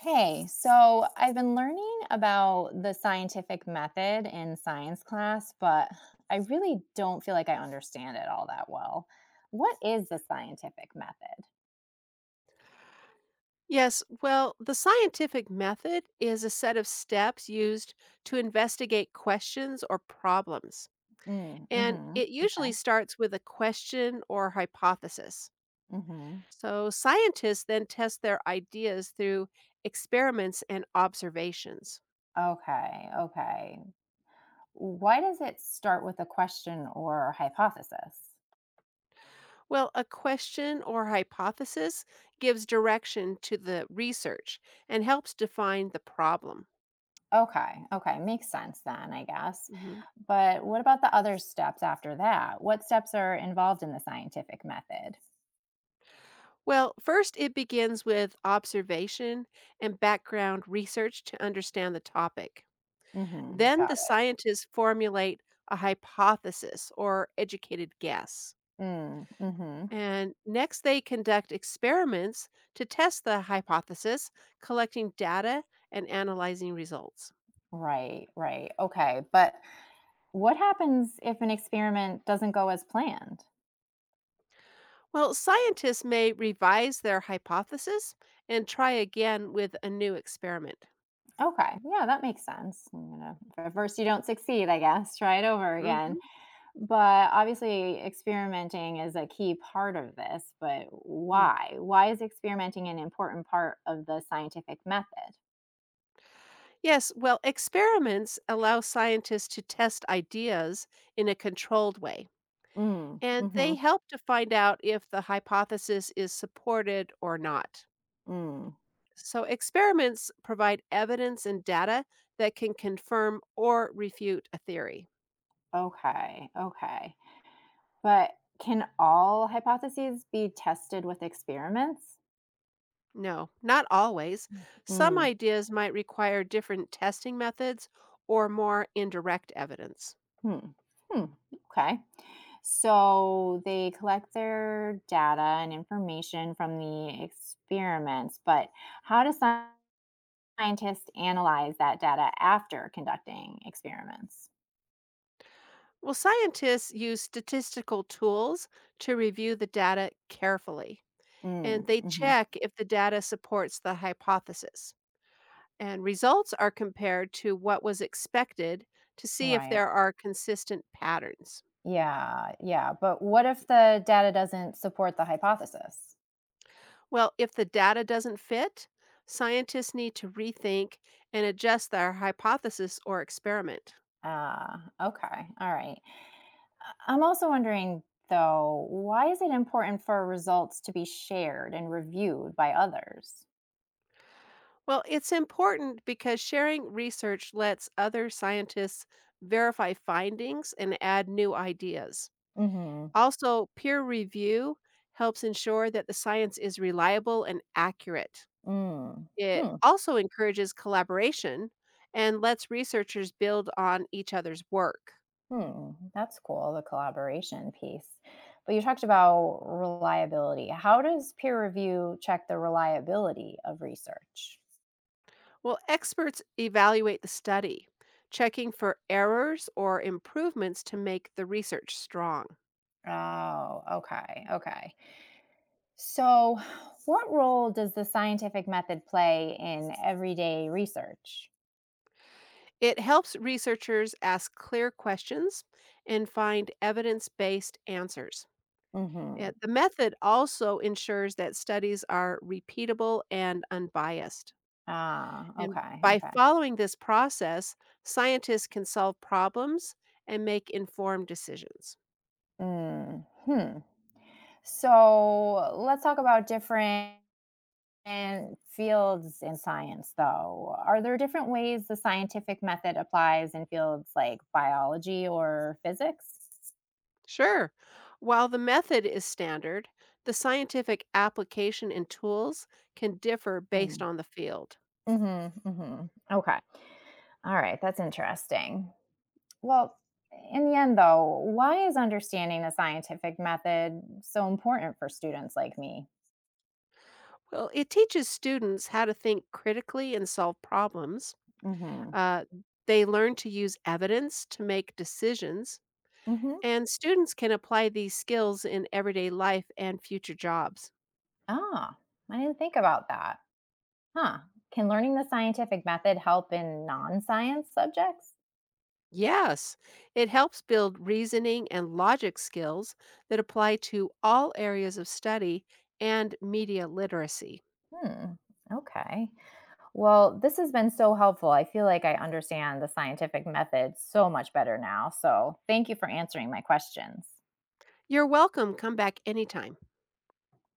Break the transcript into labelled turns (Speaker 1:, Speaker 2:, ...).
Speaker 1: Hey, so I've been learning about the scientific method in science class, but I really don't feel like I understand it all that well. What is the scientific method?
Speaker 2: Yes, well, the scientific method is a set of steps used to investigate questions or problems.
Speaker 1: Mm,
Speaker 2: And
Speaker 1: hmm
Speaker 2: it
Speaker 1: Okay.
Speaker 2: usually starts with a question or hypothesis.
Speaker 1: Hmm.
Speaker 2: So, scientists then test their ideas through experiments and observations.
Speaker 1: Okay. Okay. Why does it start with a question or hypothesis?
Speaker 2: Well, a question or hypothesis gives direction to the research and helps define the problem.
Speaker 1: Okay. Okay. Makes sense then, I guess.
Speaker 2: Mhm.
Speaker 1: But what about the other steps after that? What steps are involved in the scientific method?
Speaker 2: Well, first, it begins with observation and background research to understand the topic.
Speaker 1: Mm-hmm.
Speaker 2: Then the scientists formulate a hypothesis or educated guess.
Speaker 1: Mm, mhm.
Speaker 2: And next, they conduct experiments to test the hypothesis, collecting data and analyzing results.
Speaker 1: Right, right. Okay, but what happens if an experiment doesn't go as planned?
Speaker 2: Well, scientists may revise their hypothesis and try again with a new experiment.
Speaker 1: Okay, yeah, that makes sense. I'm gonna, at first you don't succeed, I guess, try it over again.
Speaker 2: Mhm.
Speaker 1: But obviously, experimenting is a key part of this. But
Speaker 2: Mm.
Speaker 1: why? Why is experimenting an important part of the scientific method?
Speaker 2: Yes, well, experiments allow scientists to test ideas in a controlled way.
Speaker 1: Mm,
Speaker 2: And
Speaker 1: mm-hmm,
Speaker 2: they help to find out if the hypothesis is supported or not.
Speaker 1: mm.
Speaker 2: So, experiments provide evidence and data that can confirm or refute a theory.
Speaker 1: Okay, okay. But can all hypotheses be tested with experiments?
Speaker 2: No, not always. Some
Speaker 1: Mm.
Speaker 2: ideas might require different testing methods or more indirect evidence.
Speaker 1: Hmm. Hmm. Okay. So they collect their data and information from the experiments, but how do scientists analyze that data after conducting experiments?
Speaker 2: Well, scientists use statistical tools to review the data carefully
Speaker 1: Mm,
Speaker 2: and they
Speaker 1: hmm
Speaker 2: check if the data supports the hypothesis. And results are compared to what was expected to see if
Speaker 1: Right.
Speaker 2: there are consistent patterns.
Speaker 1: Yeah. Yeah. But what if the data doesn't support the hypothesis?
Speaker 2: Well, if the data doesn't fit, scientists need to rethink and adjust their hypothesis or experiment.
Speaker 1: Ah, okay. All right. I'm also wondering, though, why is it important for results to be shared and reviewed by others?
Speaker 2: Well, it's important because sharing research lets other scientists verify findings and add new ideas.
Speaker 1: Hmm.
Speaker 2: Also, peer review helps ensure that the science is reliable and accurate.
Speaker 1: Mm.
Speaker 2: It
Speaker 1: Hmm.
Speaker 2: also encourages collaboration and lets researchers build on each other's work.
Speaker 1: Hmm. That's cool, the collaboration piece. But you talked about reliability. How does peer review check the reliability of research?
Speaker 2: Well, experts evaluate the study, checking for errors or improvements to make the research strong.
Speaker 1: Oh, okay. Okay. So, what role does the scientific method play in everyday research?
Speaker 2: It helps researchers ask clear questions and find evidence based answers. Yeah,
Speaker 1: Mhm.
Speaker 2: the method also ensures that studies are repeatable and unbiased.
Speaker 1: Ah,
Speaker 2: And
Speaker 1: okay.
Speaker 2: by
Speaker 1: Okay.
Speaker 2: following this process, scientists can solve problems and make informed decisions.
Speaker 1: Mm. Hmm. So, let's talk about different And fields in science, though. Are there different ways the scientific method applies in fields like biology or physics?
Speaker 2: Sure. While the method is standard, the scientific application and tools can differ
Speaker 1: Mm.
Speaker 2: based on the field.
Speaker 1: Mm-hmm, mm-hmm. Okay. All right. That's interesting. Well, in the end, though, why is understanding the scientific method so important for students like me?
Speaker 2: Well, it teaches students how to think critically and solve problems.
Speaker 1: Mm-hmm.
Speaker 2: Uh, they learn to use evidence to make decisions,
Speaker 1: Mm-hmm.
Speaker 2: and students can apply these skills in everyday life and future jobs.
Speaker 1: Ah, I didn't think about that. Huh. Can learning the scientific method help in non science subjects?
Speaker 2: Yes, it helps build reasoning and logic skills that apply to all areas of study and media literacy.
Speaker 1: Hmm. Okay. Well, this has been so helpful. I feel like I understand the scientific method so much better now. So, thank you for answering my questions.
Speaker 2: You're welcome. Come back anytime.